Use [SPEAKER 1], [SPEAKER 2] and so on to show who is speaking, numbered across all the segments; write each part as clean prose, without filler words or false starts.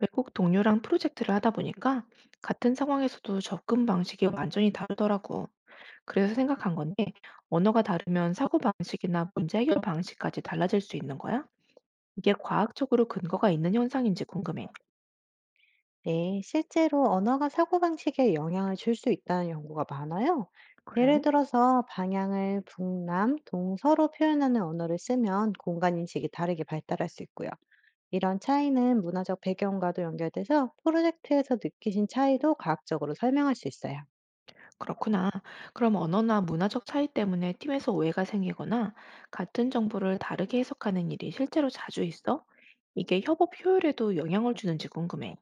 [SPEAKER 1] 외국 동료랑 프로젝트를 하다 보니까 같은 상황에서도 접근 방식이 완전히 다르더라고. 그래서 생각한 건데, 언어가 다르면 사고방식이나 문제 해결 방식까지 달라질 수 있는 거야? 이게 과학적으로 근거가 있는 현상인지 궁금해.
[SPEAKER 2] 네, 실제로 언어가 사고방식에 영향을 줄 수 있다는 연구가 많아요. 예를
[SPEAKER 1] 그래?
[SPEAKER 2] 들어서 방향을 북남, 동서로 표현하는 언어를 쓰면 공간인식이 다르게 발달할 수 있고요. 이런 차이는 문화적 배경과도 연결돼서 프로젝트에서 느끼신 차이도 과학적으로 설명할 수 있어요.
[SPEAKER 1] 그렇구나. 그럼 언어나 문화적 차이 때문에 팀에서 오해가 생기거나 같은 정보를 다르게 해석하는 일이 실제로 자주 있어? 이게 협업 효율에도 영향을 주는지 궁금해.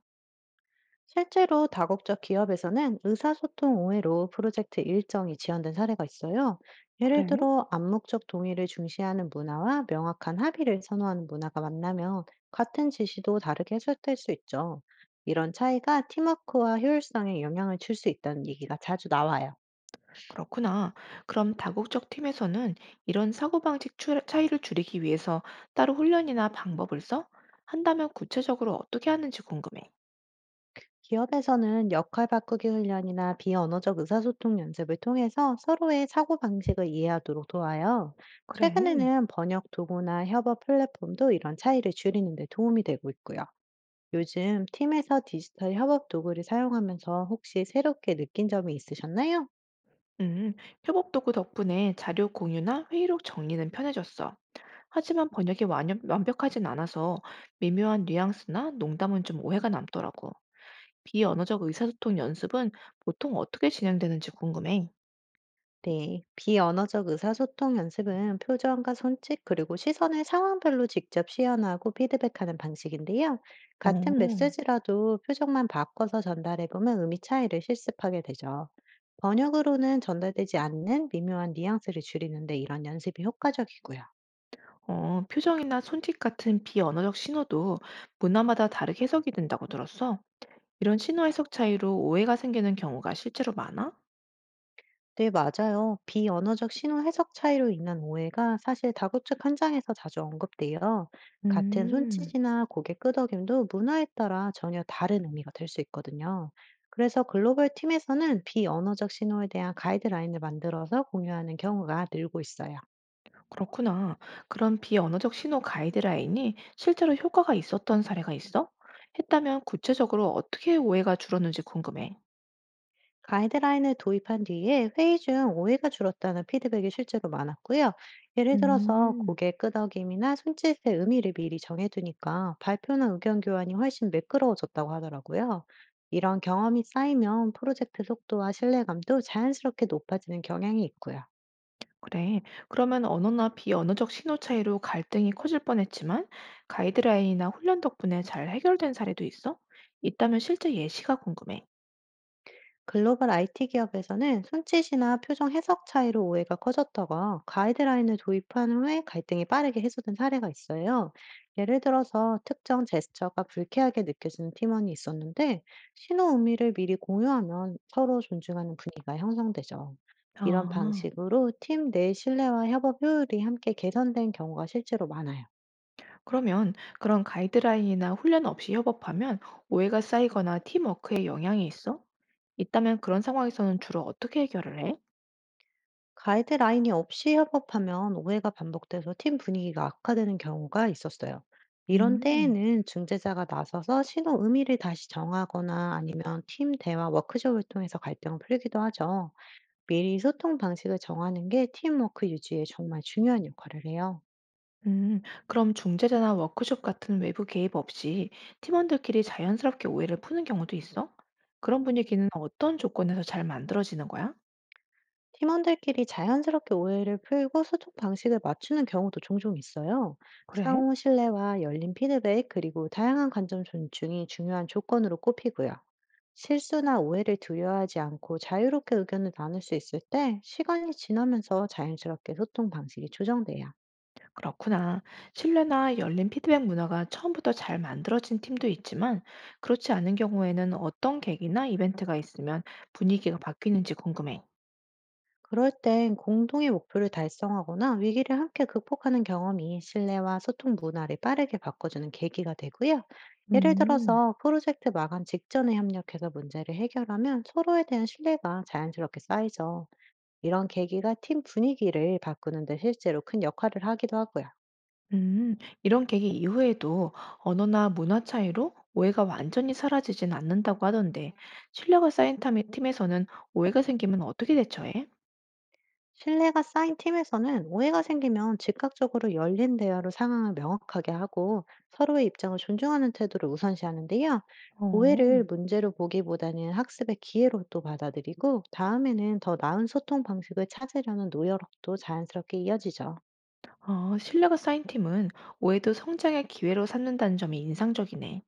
[SPEAKER 2] 실제로 다국적 기업에서는 의사소통 오해로 프로젝트 일정이 지연된 사례가 있어요. 예를
[SPEAKER 1] 그래?
[SPEAKER 2] 들어 암묵적 동의를 중시하는 문화와 명확한 합의를 선호하는 문화가 만나면 같은 지시도 다르게 해석될 수 있죠. 이런 차이가 팀워크와 효율성에 영향을 줄 수 있다는 얘기가 자주 나와요.
[SPEAKER 1] 그렇구나. 그럼 다국적 팀에서는 이런 차이를 줄이기 위해서 따로 훈련이나 방법을 써? 한다면 구체적으로 어떻게 하는지 궁금해.
[SPEAKER 2] 기업에서는 역할 바꾸기 훈련이나 비언어적 의사소통 연습을 통해서 서로의 사고방식을 이해하도록 도와요.
[SPEAKER 1] 그래.
[SPEAKER 2] 최근에는 번역 도구나 협업 플랫폼도 이런 차이를 줄이는 데 도움이 되고 있고요. 요즘 팀에서 디지털 협업 도구를 사용하면서 혹시 새롭게 느낀 점이 있으셨나요?
[SPEAKER 1] 음, 협업 도구 덕분에 자료 공유나 회의록 정리는 편해졌어. 하지만 완벽하진 않아서 미묘한 뉘앙스나 농담은 좀 오해가 남더라고. 비언어적 의사소통 연습은 보통 어떻게 진행되는지 궁금해.
[SPEAKER 2] 네, 비언어적 의사소통 연습은 표정과 손짓, 그리고 시선을 상황별로 직접 시연하고 피드백하는 방식인데요. 같은
[SPEAKER 1] 어.
[SPEAKER 2] 메시지라도 표정만 바꿔서 전달해 보면 의미 차이를 실습하게 되죠. 번역으로는 전달되지 않는 미묘한 뉘앙스를 줄이는데 이런 연습이 효과적이고요.
[SPEAKER 1] 어, 표정이나 손짓 같은 비언어적 신호도 문화마다 다르게 해석이 된다고 들었어. 이런 신호 해석 차이로 오해가 생기는 경우가 실제로 많아?
[SPEAKER 2] 네, 맞아요. 비언어적 신호 해석 차이로 인한 오해가 사실 다국적 현장에서 자주 언급돼요. 같은
[SPEAKER 1] 음,
[SPEAKER 2] 손짓이나 고개 끄덕임도 문화에 따라 전혀 다른 의미가 될 수 있거든요. 그래서 글로벌 팀에서는 비언어적 신호에 대한 가이드라인을 만들어서 공유하는 경우가 늘고 있어요.
[SPEAKER 1] 그렇구나. 그런 비언어적 신호 가이드라인이 실제로 효과가 있었던 사례가 있어? 했다면 구체적으로 어떻게 오해가 줄었는지 궁금해.
[SPEAKER 2] 가이드라인을 도입한 뒤에 회의 중 오해가 줄었다는 피드백이 실제로 많았고요. 예를 들어서
[SPEAKER 1] 음,
[SPEAKER 2] 고개 끄덕임이나 손짓의 의미를 미리 정해두니까 발표나 의견 교환이 훨씬 매끄러워졌다고 하더라고요. 이런 경험이 쌓이면 프로젝트 속도와 신뢰감도 자연스럽게 높아지는 경향이 있고요.
[SPEAKER 1] 그래. 그러면 언어나 비언어적 신호 차이로 갈등이 커질 뻔했지만 가이드라인이나 훈련 덕분에 잘 해결된 사례도 있어? 있다면 실제 예시가 궁금해.
[SPEAKER 2] 글로벌 IT 기업에서는 손짓이나 표정 해석 차이로 오해가 커졌다가 가이드라인을 도입한 후에 갈등이 빠르게 해소된 사례가 있어요. 예를 들어서 특정 제스처가 불쾌하게 느껴지는 팀원이 있었는데, 신호 의미를 미리 공유하면 서로 존중하는 분위기가 형성되죠. 이런
[SPEAKER 1] 아.
[SPEAKER 2] 방식으로 팀 내 신뢰와 협업 효율이 함께 개선된 경우가 실제로 많아요.
[SPEAKER 1] 그러면 그런 가이드라인이나 훈련 없이 협업하면 오해가 쌓이거나 팀워크에 영향이 있어? 있다면 그런 상황에서는 주로 어떻게 해결을 해?
[SPEAKER 2] 가이드라인이 없이 협업하면 오해가 반복돼서 팀 분위기가 악화되는 경우가 있었어요. 이런
[SPEAKER 1] 음.
[SPEAKER 2] 때에는 중재자가 나서서 신호 의미를 다시 정하거나, 아니면 팀 대화 워크숍을 통해서 갈등을 풀기도 하죠. 미리 소통 방식을 정하는 게 팀워크 유지에 정말 중요한 역할을 해요.
[SPEAKER 1] 그럼 중재자나 워크숍 같은 외부 개입 없이 팀원들끼리 자연스럽게 오해를 푸는 경우도 있어? 그런 분위기는 어떤 조건에서 잘 만들어지는 거야?
[SPEAKER 2] 팀원들끼리 자연스럽게 오해를 풀고 소통 방식을 맞추는 경우도 종종 있어요.
[SPEAKER 1] 그래?
[SPEAKER 2] 상호 신뢰와 열린 피드백, 그리고 다양한 관점 존중이 중요한 조건으로 꼽히고요. 실수나 오해를 두려워하지 않고 자유롭게 의견을 나눌 수 있을 때, 시간이 지나면서 자연스럽게 소통 방식이 조정돼요.
[SPEAKER 1] 그렇구나. 신뢰나 열린 피드백 문화가 처음부터 잘 만들어진 팀도 있지만, 그렇지 않은 경우에는 어떤 계기나 이벤트가 있으면 분위기가 바뀌는지 궁금해.
[SPEAKER 2] 그럴 땐 공동의 목표를 달성하거나 위기를 함께 극복하는 경험이 신뢰와 소통 문화를 빠르게 바꿔주는 계기가 되고요. 예를
[SPEAKER 1] 음,
[SPEAKER 2] 들어서 프로젝트 마감 직전에 협력해서 문제를 해결하면 서로에 대한 신뢰가 자연스럽게 쌓이죠. 이런 계기가 팀 분위기를 바꾸는데 실제로 큰 역할을 하기도 하고요.
[SPEAKER 1] 음, 이런 계기 이후에도 언어나 문화 차이로 오해가 완전히 사라지진 않는다고 하던데, 팀에서는 오해가 생기면 어떻게 대처해?
[SPEAKER 2] 신뢰가 쌓인 팀에서는 오해가 생기면 즉각적으로 열린 대화로 상황을 명확하게 하고, 서로의 입장을 존중하는 태도를 우선시하는데요. 오해를
[SPEAKER 1] 어.
[SPEAKER 2] 문제로 보기보다는 학습의 기회로 또 받아들이고, 다음에는 더 나은 소통 방식을 찾으려는 노력도 자연스럽게 이어지죠.
[SPEAKER 1] 어, 신뢰가 쌓인 팀은 오해도 성장의 기회로 삼는다는 점이 인상적이네.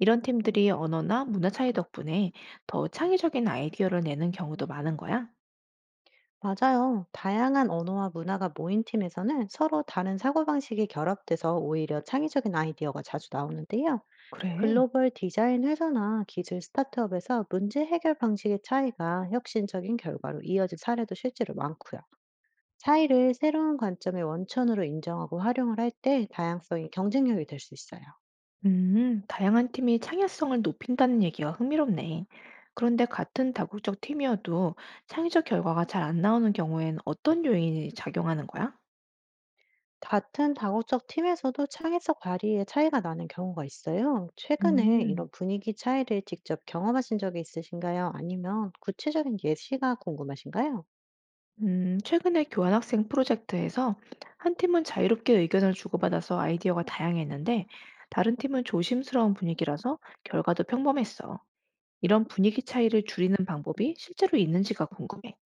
[SPEAKER 1] 이런 팀들이 언어나 문화 차이 덕분에 더 창의적인 아이디어를 내는 경우도 많은 거야?
[SPEAKER 2] 맞아요. 다양한 언어와 문화가 모인 팀에서는 서로 다른 사고방식이 결합돼서 오히려 창의적인 아이디어가 자주 나오는데요.
[SPEAKER 1] 그래.
[SPEAKER 2] 글로벌 디자인 회사나 기술 스타트업에서 문제 해결 방식의 차이가 혁신적인 결과로 이어진 사례도 실제로 많고요. 차이를 새로운 관점의 원천으로 인정하고 활용을 할 때 다양성이 경쟁력이 될 수 있어요.
[SPEAKER 1] 다양한 팀이 창의성을 높인다는 얘기가 흥미롭네. 그런데 같은 다국적 팀이어도 창의적 결과가 잘 안 나오는 경우엔 어떤 요인이 작용하는 거야?
[SPEAKER 2] 같은 다국적 팀에서도 창의적 발휘의 차이가 나는 경우가 있어요. 최근에 이런
[SPEAKER 1] 음,
[SPEAKER 2] 분위기 차이를 직접 경험하신 적이 있으신가요? 아니면 구체적인 예시가 궁금하신가요?
[SPEAKER 1] 최근에 교환학생 프로젝트에서 한 팀은 자유롭게 의견을 주고받아서 아이디어가 다양했는데 다른 팀은 조심스러운 분위기라서 결과도 평범했어. 이런 분위기 차이를 줄이는 방법이 실제로 있는지가 궁금해.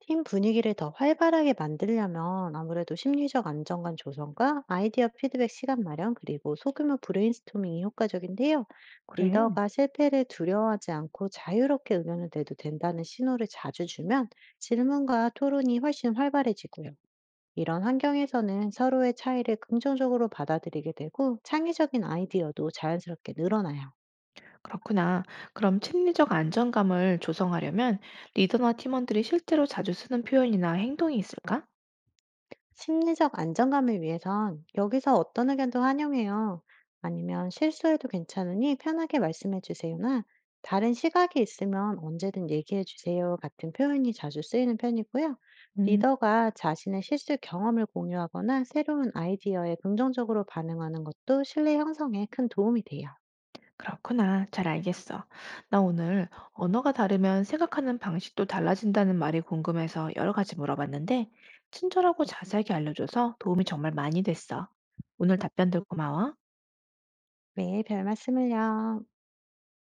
[SPEAKER 2] 팀 분위기를 더 활발하게 만들려면 아무래도 심리적 안정감 조성과 아이디어 피드백 시간 마련, 그리고 소규모 브레인스토밍이 효과적인데요.
[SPEAKER 1] 그래.
[SPEAKER 2] 리더가 실패를 두려워하지 않고 자유롭게 의견을 내도 된다는 신호를 자주 주면 질문과 토론이 훨씬 활발해지고요. 이런 환경에서는 서로의 차이를 긍정적으로 받아들이게 되고 창의적인 아이디어도 자연스럽게 늘어나요.
[SPEAKER 1] 그렇구나. 그럼 심리적 안정감을 조성하려면 리더나 팀원들이 실제로 자주 쓰는 표현이나 행동이 있을까?
[SPEAKER 2] 심리적 안정감을 위해선 "여기서 어떤 의견도 환영해요", 아니면 "실수해도 괜찮으니 편하게 말씀해 주세요나 "다른 시각이 있으면 언제든 얘기해 주세요" 같은 표현이 자주 쓰이는 편이고요.
[SPEAKER 1] 음,
[SPEAKER 2] 리더가 자신의 실수 경험을 공유하거나 새로운 아이디어에 긍정적으로 반응하는 것도 신뢰 형성에 큰 도움이 돼요.
[SPEAKER 1] 그렇구나. 잘 알겠어. 나 오늘 언어가 다르면 생각하는 방식도 달라진다는 말이 궁금해서 여러 가지 물어봤는데, 친절하고 자세하게 알려줘서 도움이 정말 많이 됐어. 오늘 답변들 고마워.
[SPEAKER 2] 네, 별 말씀을요.